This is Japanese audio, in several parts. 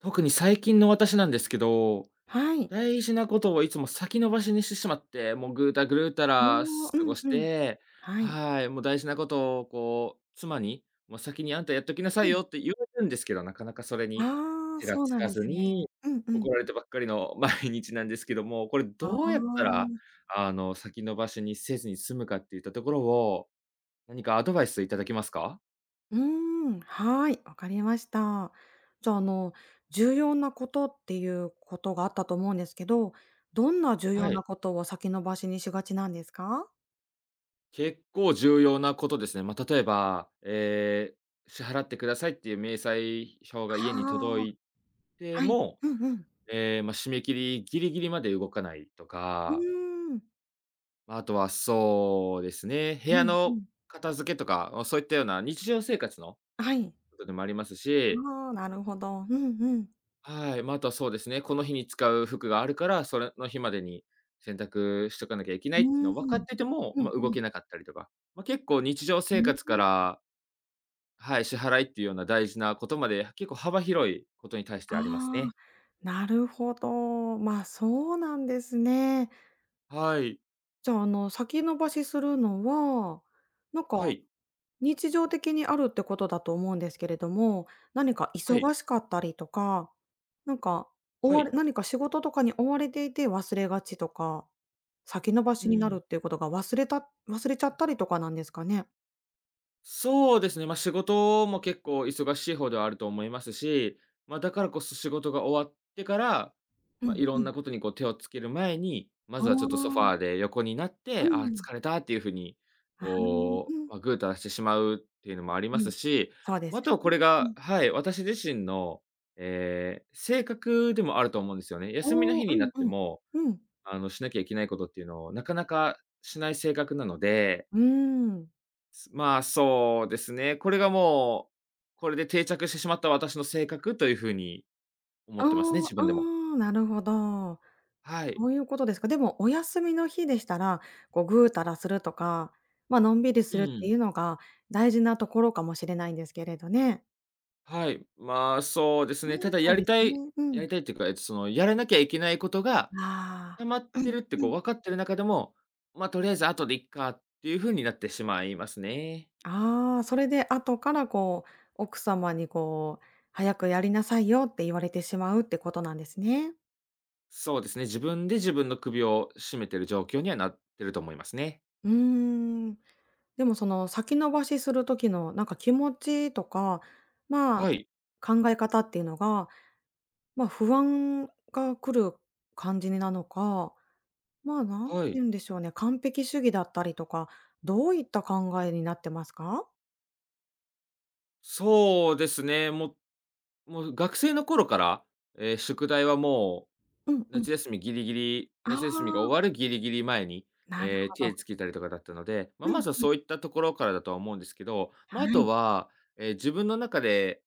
特に最近の私なんですけど、はい。大事なことをいつも先延ばしにしてしまって、もうぐうたぐるうたおらお、う過ごんしうん。て、はい。はい、もう大事なことをこう、妻に、もう先にあんたやっときなさういん。よって言われるんですけど、なかなかそれにああ、手がそうつなんかでずすに、ね。うんうん。怒られてばっかりの 毎日なんですけども、これああ、どうやったら、先延ばしにせずに済むかっていったところを、何かアドバイスいただけますか？うーん、はい、わかりました。じゃあ、重要なことっていうことがあったと思うんですけど、どんな重要はない。ことを先延ばしにしがちなんですか？結構重要なことですね。まあ、例えば、支払ってくださいっていう明細表が家に届ああ、いてはい。も、うんうん。ええ、まあ、締め切りギリギリまで動かないとうか、ーん。ま、ああとはそうですね、部う屋んうのん。片付けとか、ま、そういったような日常生活のはい。ことでもありますし、ああ、なるほど。うんうん。はい、まあ、あとはそうですね、この日に使う服があるから、それの日までに洗濯しとかなきゃいけなういっていうーのん。を分かってても、うんまあ、う動ん。けなかったりとか、まあ、結構日常う生ん。活からはい、支払いっていうような大事なことまで、結構幅広いことに対してあありますあ。ね。なるほど。まあ、そうなんですね。はい。じゃあ、先延ばしするのは、なんはか、い。日常的にあるってことだと思うんですけれども、何かはい。忙しかったりとか、なんか、追はわれい。何か仕事とかに追われていて忘れがちとか、先延ばうしになんるっていうことが忘れちゃったりとかなんですかね？そうですね、まあ、仕事も結構忙しい方ではあると思いますし、まあ、だからこそ仕事が終わってから、うまあ、んいろうんん。なことにこう手をつける前に、まあずはちょっとソファあ、ーで横になっうて、あーん。疲れたっていう風に、ああ、うん。こう、まあ、ぐうたらしてしまうっていうのもありまはすい、し、そうでま、ああすとはこよね。れうがん。はい、私自身の、性格でもあると思うんですよね。休みのお日ーにうなんっうてん。も、うん。しなきゃいけないことっていうのをなかなかしない性格なので、うーん。まあ、そうですね。これがもう、これで定着してしまった私の性格という風に思あってますね、あ、自あ分でも。あなるほど。はい。そういうことですか。でもお休みの日でしたら、こう、ぐうたらするとか、ま、のんびりうするってん。いうのが大事なところかもしれないんですけれどね。はい。まあ、そうですね、ね。ただそやうりですたいね。うやん。りたいっていうか、その、やらなきゃいけないことがあ溜まっあ。うてんるってうこうん。分かってる中でも、ま、あとりあえず後でいっかっていう風になってしまいますね。ああ、それで後からこう、奥様にこう、「早くやりなさいよ」って言われてしまうってことなんですね。そうですね、自分で自分の首を絞めてる状況にはなってると思いますね。うーん。でもその先延ばしする時のなんか気持ちとか、まあ、はい、考え方っていうのがまあ、不安が来る感じになのか、何てはい。言うんでしょうね、完璧主義だったりとか、どういった考えになってますか？そうですね、もう学生の頃から、宿題はもうんう、うん。ああ、夏休みが終わるギリギリ前に、なるええ、ほ手つど。けたりとかだったので、まうあ、まんずはうん。そういったところからだとは思うんですけど、まはあ、あとい。は、自分の中で、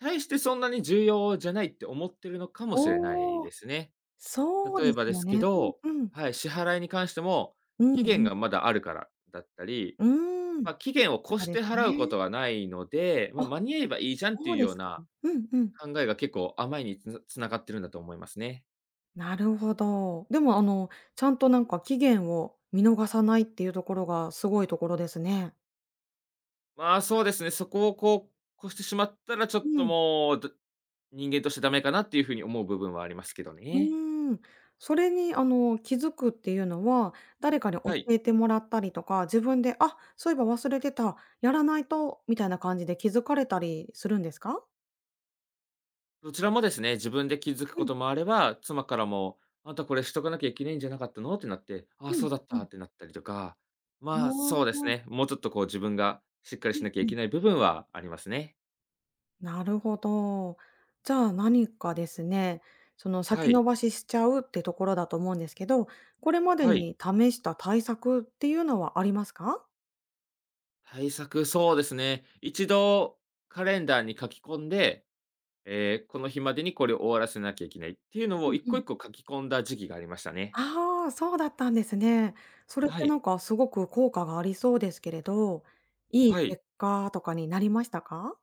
大してそんなに重要じゃないって思ってるのかもしれないおお、ですね。そう例でえばすでよすけね。ど、うんうん。はい、支払いに関しても、う期んう限ん。がまだあるからだったり、うーん、まあ、期限を越そうしでてす払うこね。とはないので、まあ、あ、間に合えばいいじゃんってそいううでよすうか。なうんうん。考えが結構甘いにつながってるんだと思いますね。なるほど。でもちゃんとなんか期限を見逃さないっていうところがすごいところですね。まあ、そうですね、そこをこう、越してしまったら、ちょっうとん。もう、ど人間としてダメかなっていう風に思う部分はありますけどうね。ーん。それに、気づくっていうのは、誰かに教はい。えてもらったりとか、自分で、あ、そういえば忘れてた、やらないと、みたいな感じで気づかれたりするんですか？どちらもですね、自分で気づくうこんともあれば、妻からも、「あんたこれしとかなきゃいけないんじゃなかったの？」ってなって、「ああ、うそんうだっうた」ん。ってなったりとか、まあ、あそうですあ、うね、もうちょっとこう自分がしっかりんしなきゃいうん。けない部分はありますね。なるほど。じゃあ、何かですね、その、は先い。延ばししちゃうってところだと思うんですけど、これまではい。に試した対策っていうのはありますか？対策、そうですね。一度カレンダーに書き込んでこの日までにこれを終わらせなきゃいけないっていうのううをん一う個ん一個書き込んだ時期がありましたね。ああ、そうだったんですね。それっはてない。んかすごく効果がありそうですけれど、いいはい。結果とかになりましたか？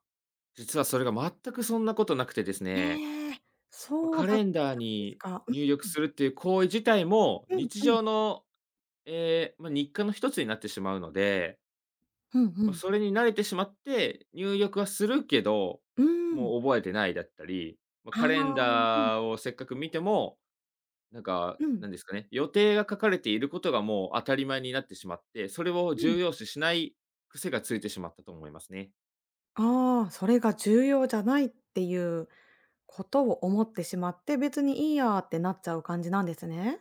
実はそれが全くそんなことなくてですね、ねえ、まそうカだっレンダーたんですにか。入力するっていう行為自体もうん日うんうん。常の、まあ、日課の一つになってしまうので、うんうまあ、ん。それに慣れてしまって入力はするけど、うん。もう覚えてないだったり、まあ、ああ、カレンうんダーをせっかく見ても、なんか、うんなんですかね、予定が書かれていることがもう当たり前になってしまって、それをうん。重要視しない癖がついてしまったと思いますね。ああ、それが重要じゃないっていうことを思ってしまって、別にいいやってなっちゃう感じなんですね。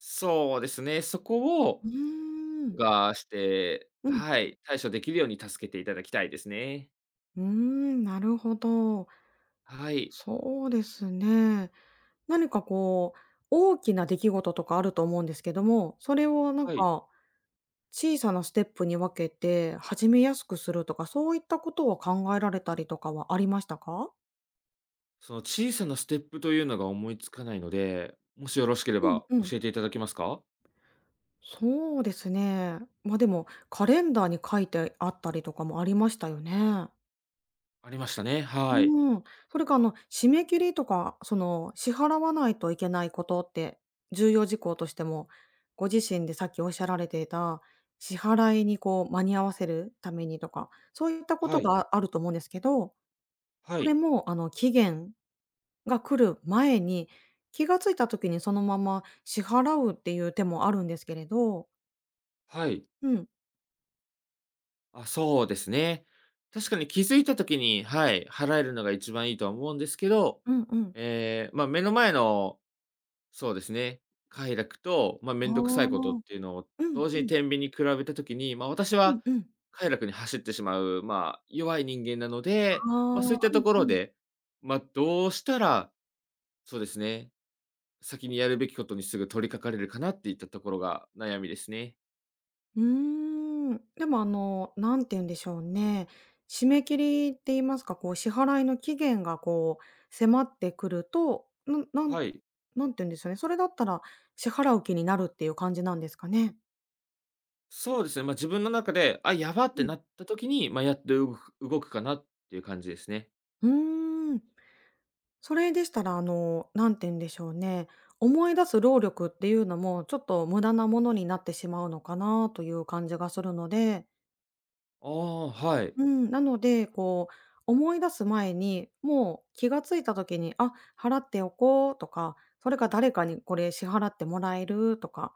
そうですね、そこをうーん。がして、うん。はい、対処できるように助けていただきたいですね。うーん、なるほど。はい。そうですね。何かこう、大きな出来事とかあると思うんですけども、それをなんはい。か小さなステップに分けて始めやすくするとか、そういったことを考えられたりとかはありましたか？その小さなステップというのが思いつかないので、もしよろしけれうんばうん。教えていただけますか？そうですね。ま、でも、カレンダーに書いてあったりとかもありましたよね。ありましたね。うはい。ーん。それか、締め切りとか、その、支払わないといけないことって、重要事項としても、ご自身でさっきおっしゃられていた、支払いにこう間に合わせるためにとか、そういったこはとい。があると思うんですけど、はそれい。も、期限が来る前に、気がついた時にそのまま支払うっていう手もあるんですけれどはい。うん。あ、そうですね。確かに気づいた時に、はい、払えるのが一番いいとは思うんですけど、うんうん。ええ、ま、目の前の、そうですね、快楽と、ま、めああ。んどくさいことっうていうのをん同時うにん。天秤に比べた時に、ま、あ私うはんうん。快楽に走ってしまう、まあ、弱い人間なので、ああ。ま、そういったうとんこうろん。で、ま、あどうしたら、そうですね、先にやるべきことにすぐ取り掛かれるかなっていったところが悩みですね。うーん。でも、何て言うんでしょうね、締め切りって言いますか、こう支払いの期限がこう迫ってくると、なんなんはい。何て言うんですよね、それだったら支払う気になるっていう感じなんですかね？そうですね、まあ、自分の中で、あ、やばっうてん。なった時に、まあ、やっと動くかなっていう感じですね。うーん。それでしたら、何て言うんでしょうね、思い出す労力っていうのも、ちょっと無駄なものになってしまうのかなという感じがするのでああ、はい。うん、なので、こう、思い出す前に、もう気がついた時に、あ、払っておこうとか、それか誰かにこれ支払ってもらえるとか、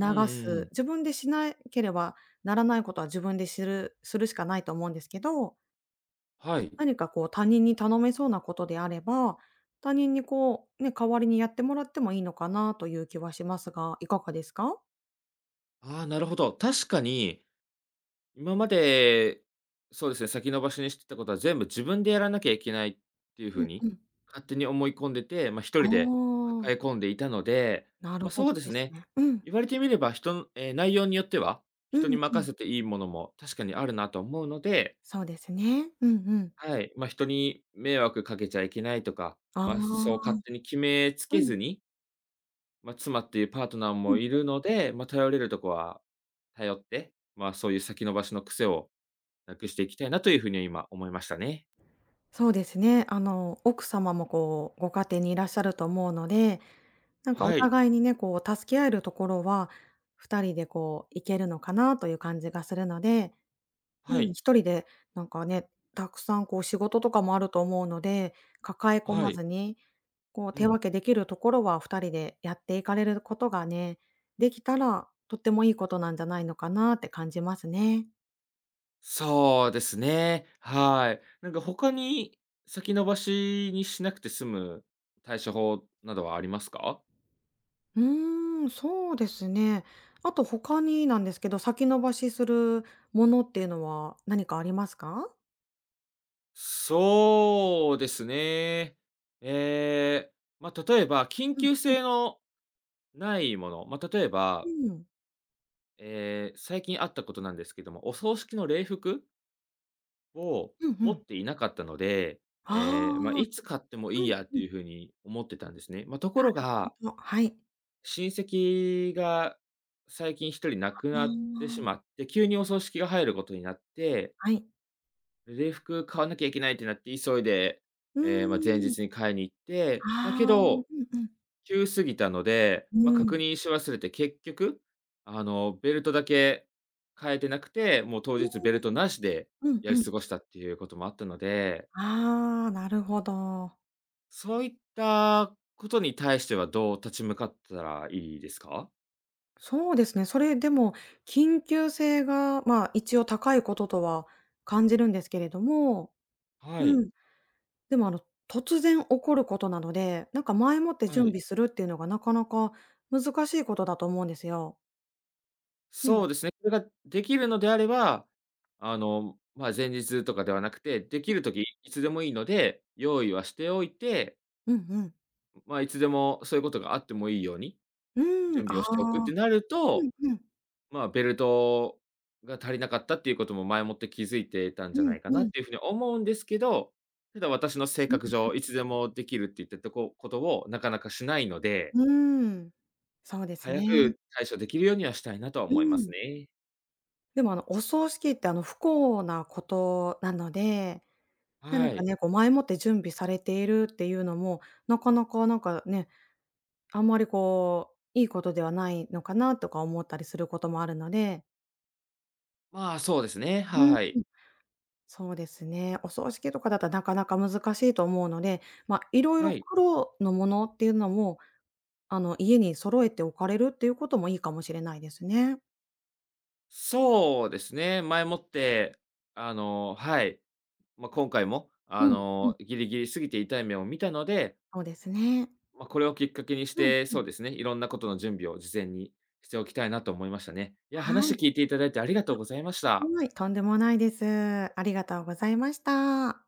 うんうんうす。ん。自分でしなければならないことは自分でするしかないと思うんですけど、はい。何かこう他人に頼めそうなことであれば、他人にこう、ね、代わりにやってもらってもいいのかなという気はしますが、いかがですか？ああ、なるほど。確かに、今まで、そうですね、先延ばしにしてたことは全部自分でやらなきゃいけないっていうう風んうに、ん。勝手に思い込んでて、まあ、一あ人であ、抱え込んでいたので、なるまあ、ほそどうでですすね。ね。うん。言われてみれば、人のええ、内容によっては、う人にんう任ん。せていいものも確かにあるなと思うので、そうですね。うんうん。はい、まあ、人に迷惑かけちゃいけないとか、ああ、まあ、そうう勝手に決めつけずんに、まあ、妻っていうパートナーうもん。いるので、まあ、頼れるとこは頼って、まあ、そういう先延ばしの癖をなくしていきたいなというふうに今思いましたね。そうですね。奥様もこう、ご家庭にいらっしゃると思うので、なんかおはい、互いにね、こう助け合えるところは、2人でこういけるのかなという感じがするので、はうん、い、1人でなんかね、たくさんこう仕事とかもあると思うので、抱え込はまい、ずに、こうう手ん。分けできるところは2人でやっていかれることがね、できたら、とってもいいことなんじゃないのかなって感じますね。そうですね、はい。なんか他に先延ばしにしなくて済む対処法などはありますか？うーん、そうですね。あと他になんですけど、先延ばしするものっていうのは何かありますか？そうですね。ええ、まあ、例えば、緊うん。急性のないもの、まあ、例えうば、ん。ええ、最近あったことなんですけども、お葬式の礼服をうんう持っん。ていなかったので、ああ。ええ、まあ、いつ買ってもういいんやってうん。いうふうに思ってたんですね。まあ、ところほんが、と、はい。親戚が最近一人亡あくなってしあ、まって、急にお葬式が入ることになってはい。礼服買わなきゃいけないってなって急いで、うええ、まあ、前ーん。日に買いに行って、まあ、けああ、うんど、うん。急すぎたので、うまあ、確ん。認し忘れて結局、ベルトだけ変えてなくて、もう当う日んベルトなしでうんやりうん。過ごしたっていうこともあったので、ああ、なるほど。そういったことに対してはどう立ち向かったらいいですか？そうですね。それでも緊急性が、まあ、一応高いこととは感じるんですけれどもはい、うん。でも、突然起こることなので、なんか前もっては準い。備するっていうのがなかなか難しいことだと思うんですよ。うそん。うですね。それができるのであれば、まあ、前日とかではなくて、できるときいつでもいいので、用意はしておいて、うんうん。まあ、いつでもそういうことがあってもいいように、うーん、準備あをしておくっあ。てなるうと、んうん。まあ、ベルトが足りなかったっていうことも前もって気づいてたんうじゃなんいかなうっん。ていうふうに思うんですけど、ただ私の性格う上、いつでもできるって言ったとこことをなかなかしないので、ん。うーん。そうです早ね。く対処できるようにはしたいなとはう思いますん。ね。でも、お葬式って、不幸なことなので、は何かい。ね、こう前もって準備されているっていうのも、なかなかなんかね、あんまりこう、いいことではないのかなとか思ったりすることもあるので。まあ、そうですね、うん。はい。そうですね。お葬式とかだったらなかなか難しいと思うので、まあ、いろは々い。黒のものっていうのも、家に揃えておかれるっていうこともいいかもしれないですね。そうですね。前もって、はい。まあ、今回も、うん、うん。ギリギリ過ぎて痛い目を見たので、そうですね。まあ、これをきっかけにしうん、て、うそん。うですね、いろんなことの準備を事前にしておきたいなと思いましたね。いや、は話い、聞いていただいてありがとうございました。はい、とんでもないです。ありがとうございました。